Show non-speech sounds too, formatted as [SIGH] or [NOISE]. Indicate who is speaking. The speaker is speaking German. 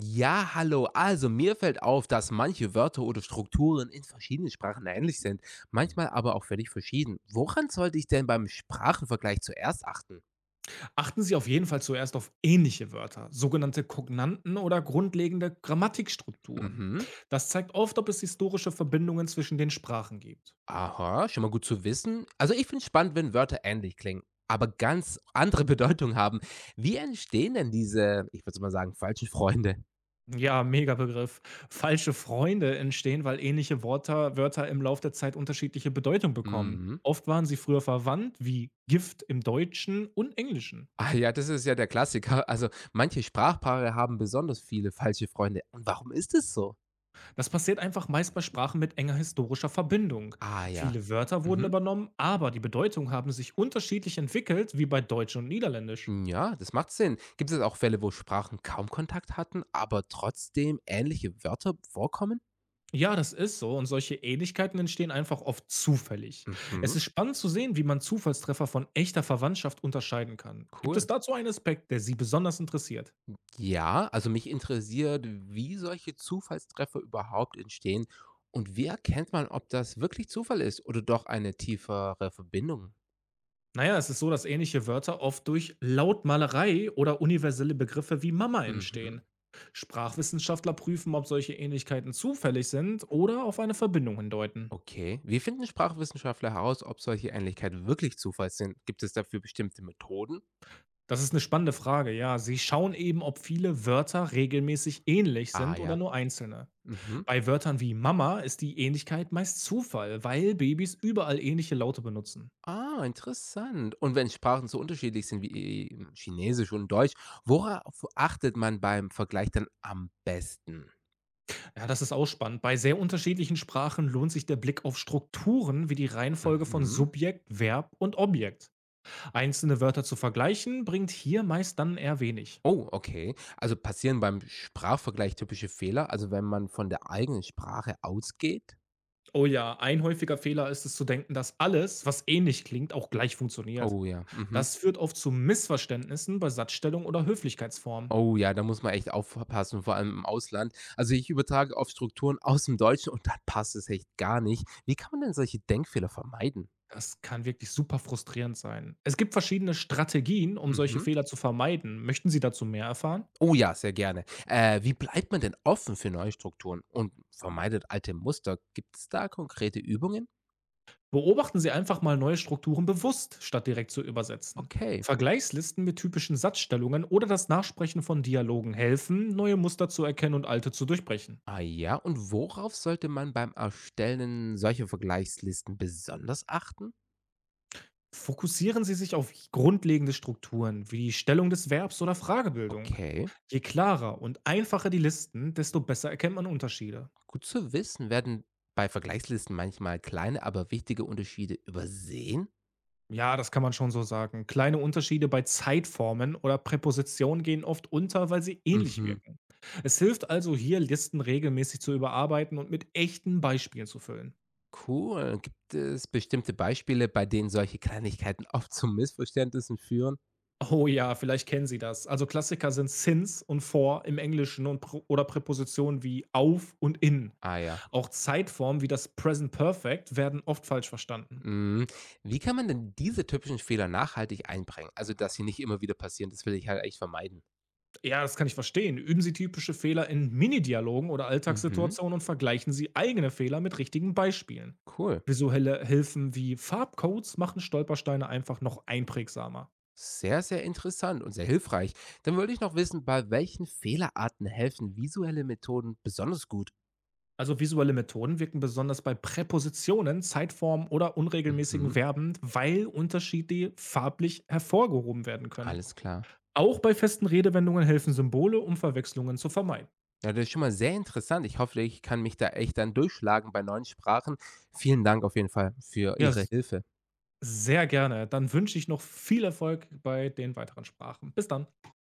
Speaker 1: Ja, hallo. Also mir fällt auf, dass manche Wörter oder Strukturen in verschiedenen Sprachen ähnlich sind, manchmal aber auch völlig verschieden. Woran sollte ich denn beim Sprachenvergleich zuerst achten?
Speaker 2: Achten Sie auf jeden Fall zuerst auf ähnliche Wörter, sogenannte Kognanten oder grundlegende Grammatikstrukturen.
Speaker 1: Mhm.
Speaker 2: Das zeigt oft, ob es historische Verbindungen zwischen den Sprachen gibt.
Speaker 1: Aha, schon mal gut zu wissen. Also ich finde es spannend, wenn Wörter ähnlich klingen, aber ganz andere [LAUGHS] Bedeutung haben. Wie entstehen denn diese, ich würde mal sagen, falschen Freunde?
Speaker 2: Ja, mega Begriff. Falsche Freunde entstehen, weil ähnliche Wörter im Lauf der Zeit unterschiedliche Bedeutung bekommen.
Speaker 1: Mhm.
Speaker 2: Oft waren sie früher verwandt, wie Gift im Deutschen und Englischen.
Speaker 1: Ah ja, das ist ja der Klassiker. Also manche Sprachpaare haben besonders viele falsche Freunde. Und warum ist es so?
Speaker 2: Das passiert einfach meist bei Sprachen mit enger historischer Verbindung.
Speaker 1: Ah ja.
Speaker 2: Viele Wörter wurden
Speaker 1: Mhm.
Speaker 2: übernommen, aber die Bedeutung haben sich unterschiedlich entwickelt, wie bei Deutsch und Niederländisch.
Speaker 1: Hm, ja, das macht Sinn. Gibt es auch Fälle, wo Sprachen kaum Kontakt hatten, aber trotzdem ähnliche Wörter vorkommen?
Speaker 2: Ja, das ist so und solche Ähnlichkeiten entstehen einfach oft zufällig. Es
Speaker 1: Mhm,
Speaker 2: ist spannend zu sehen, wie man Zufallstreffer von echter Verwandtschaft unterscheiden kann. Gibt
Speaker 1: cool.
Speaker 2: es dazu einen Aspekt, der Sie besonders interessiert?
Speaker 1: Ja, also mich interessiert, wie solche Zufallstreffer überhaupt entstehen und wie erkennt man, ob das wirklich Zufall ist oder doch eine tiefere Verbindung?
Speaker 2: Naja, es ist so, dass ähnliche Wörter oft durch Lautmalerei oder universelle Begriffe wie Mama
Speaker 1: Mhm.
Speaker 2: entstehen. Sprachwissenschaftler prüfen, ob solche Ähnlichkeiten zufällig sind oder auf eine Verbindung hindeuten.
Speaker 1: Okay. Wie finden Sprachwissenschaftler heraus, ob solche Ähnlichkeiten wirklich Zufall sind? Gibt es dafür bestimmte Methoden?
Speaker 2: Das ist eine spannende Frage, ja. Sie schauen eben, ob viele Wörter regelmäßig ähnlich
Speaker 1: Ah
Speaker 2: sind oder
Speaker 1: ja.
Speaker 2: nur einzelne.
Speaker 1: Mhm.
Speaker 2: Bei Wörtern wie Mama ist die Ähnlichkeit meist Zufall, weil Babys überall ähnliche Laute benutzen.
Speaker 1: Ah, interessant. Und wenn Sprachen so unterschiedlich sind wie eben Chinesisch und Deutsch, worauf achtet man beim Vergleich dann am besten?
Speaker 2: Ja, das ist auch spannend. Bei sehr unterschiedlichen Sprachen lohnt sich der Blick auf Strukturen wie die Reihenfolge von
Speaker 1: Mhm.
Speaker 2: Subjekt, Verb und Objekt. Einzelne Wörter zu vergleichen bringt hier meist dann eher wenig.
Speaker 1: Oh, okay. Also passieren beim Sprachvergleich typische Fehler, also wenn man von der eigenen Sprache ausgeht?
Speaker 2: Oh ja, ein häufiger Fehler ist es zu denken, dass alles, was ähnlich klingt, auch gleich funktioniert.
Speaker 1: Oh ja, mhm.
Speaker 2: Das führt oft zu Missverständnissen bei Satzstellung oder Höflichkeitsformen.
Speaker 1: Oh ja, da muss man echt aufpassen, vor allem im Ausland. Also ich übertrage auf Strukturen aus dem Deutschen und dann passt es echt gar nicht. Wie kann man denn solche Denkfehler vermeiden?
Speaker 2: Das kann wirklich super frustrierend sein. Es gibt verschiedene Strategien, um solche
Speaker 1: Mhm.
Speaker 2: Fehler zu vermeiden. Möchten Sie dazu mehr erfahren?
Speaker 1: Oh ja, sehr gerne. Wie bleibt man denn offen für neue Strukturen und vermeidet alte Muster? Gibt es da konkrete Übungen?
Speaker 2: Beobachten Sie einfach mal neue Strukturen bewusst, statt direkt zu übersetzen.
Speaker 1: Okay.
Speaker 2: Vergleichslisten mit typischen Satzstellungen oder das Nachsprechen von Dialogen helfen, neue Muster zu erkennen und alte zu durchbrechen.
Speaker 1: Ah ja, und worauf sollte man beim Erstellen solcher Vergleichslisten besonders achten?
Speaker 2: Fokussieren Sie sich auf grundlegende Strukturen wie die Stellung des Verbs oder Fragebildung.
Speaker 1: Okay.
Speaker 2: Je klarer und einfacher die Listen, desto besser erkennt man Unterschiede.
Speaker 1: Gut zu wissen, werden bei Vergleichslisten manchmal kleine, aber wichtige Unterschiede übersehen?
Speaker 2: Ja, das kann man schon so sagen. Kleine Unterschiede bei Zeitformen oder Präpositionen gehen oft unter, weil sie ähnlich
Speaker 1: Mhm.
Speaker 2: wirken. Es hilft also hier, Listen regelmäßig zu überarbeiten und mit echten Beispielen zu füllen.
Speaker 1: Cool. Gibt es bestimmte Beispiele, bei denen solche Kleinigkeiten oft zu Missverständnissen führen?
Speaker 2: Oh ja, vielleicht kennen Sie das. Also Klassiker sind since und for im Englischen und Pro- oder Präpositionen wie auf und in.
Speaker 1: Ah ja.
Speaker 2: Auch Zeitformen wie das Present Perfect werden oft falsch verstanden.
Speaker 1: Mhm. Wie kann man denn diese typischen Fehler nachhaltig einbringen? Also, dass sie nicht immer wieder passieren, das will ich halt echt vermeiden.
Speaker 2: Ja, das kann ich verstehen. Üben Sie typische Fehler in mini Minidialogen oder
Speaker 1: Mhm,
Speaker 2: Alltagssituationen und vergleichen Sie eigene Fehler mit richtigen Beispielen.
Speaker 1: cool.
Speaker 2: Visuelle Hilfen wie Farbcodes machen Stolpersteine einfach noch einprägsamer.
Speaker 1: Sehr, sehr interessant und sehr hilfreich. Dann wollte ich noch wissen, bei welchen Fehlerarten helfen visuelle Methoden besonders gut?
Speaker 2: Also visuelle Methoden wirken besonders bei Präpositionen, Zeitformen oder unregelmäßigen
Speaker 1: Mhm,
Speaker 2: Verben, weil Unterschiede farblich hervorgehoben werden können.
Speaker 1: alles klar.
Speaker 2: Auch bei festen Redewendungen helfen Symbole, um Verwechslungen zu vermeiden.
Speaker 1: Ja, das ist schon mal sehr interessant. Ich hoffe, ich kann mich da echt dann durchschlagen bei neuen Sprachen. Vielen Dank auf jeden Fall für
Speaker 2: Ja,
Speaker 1: Ihre Hilfe.
Speaker 2: sehr gerne. Dann wünsche ich noch viel Erfolg bei den weiteren Sprachen. Bis dann.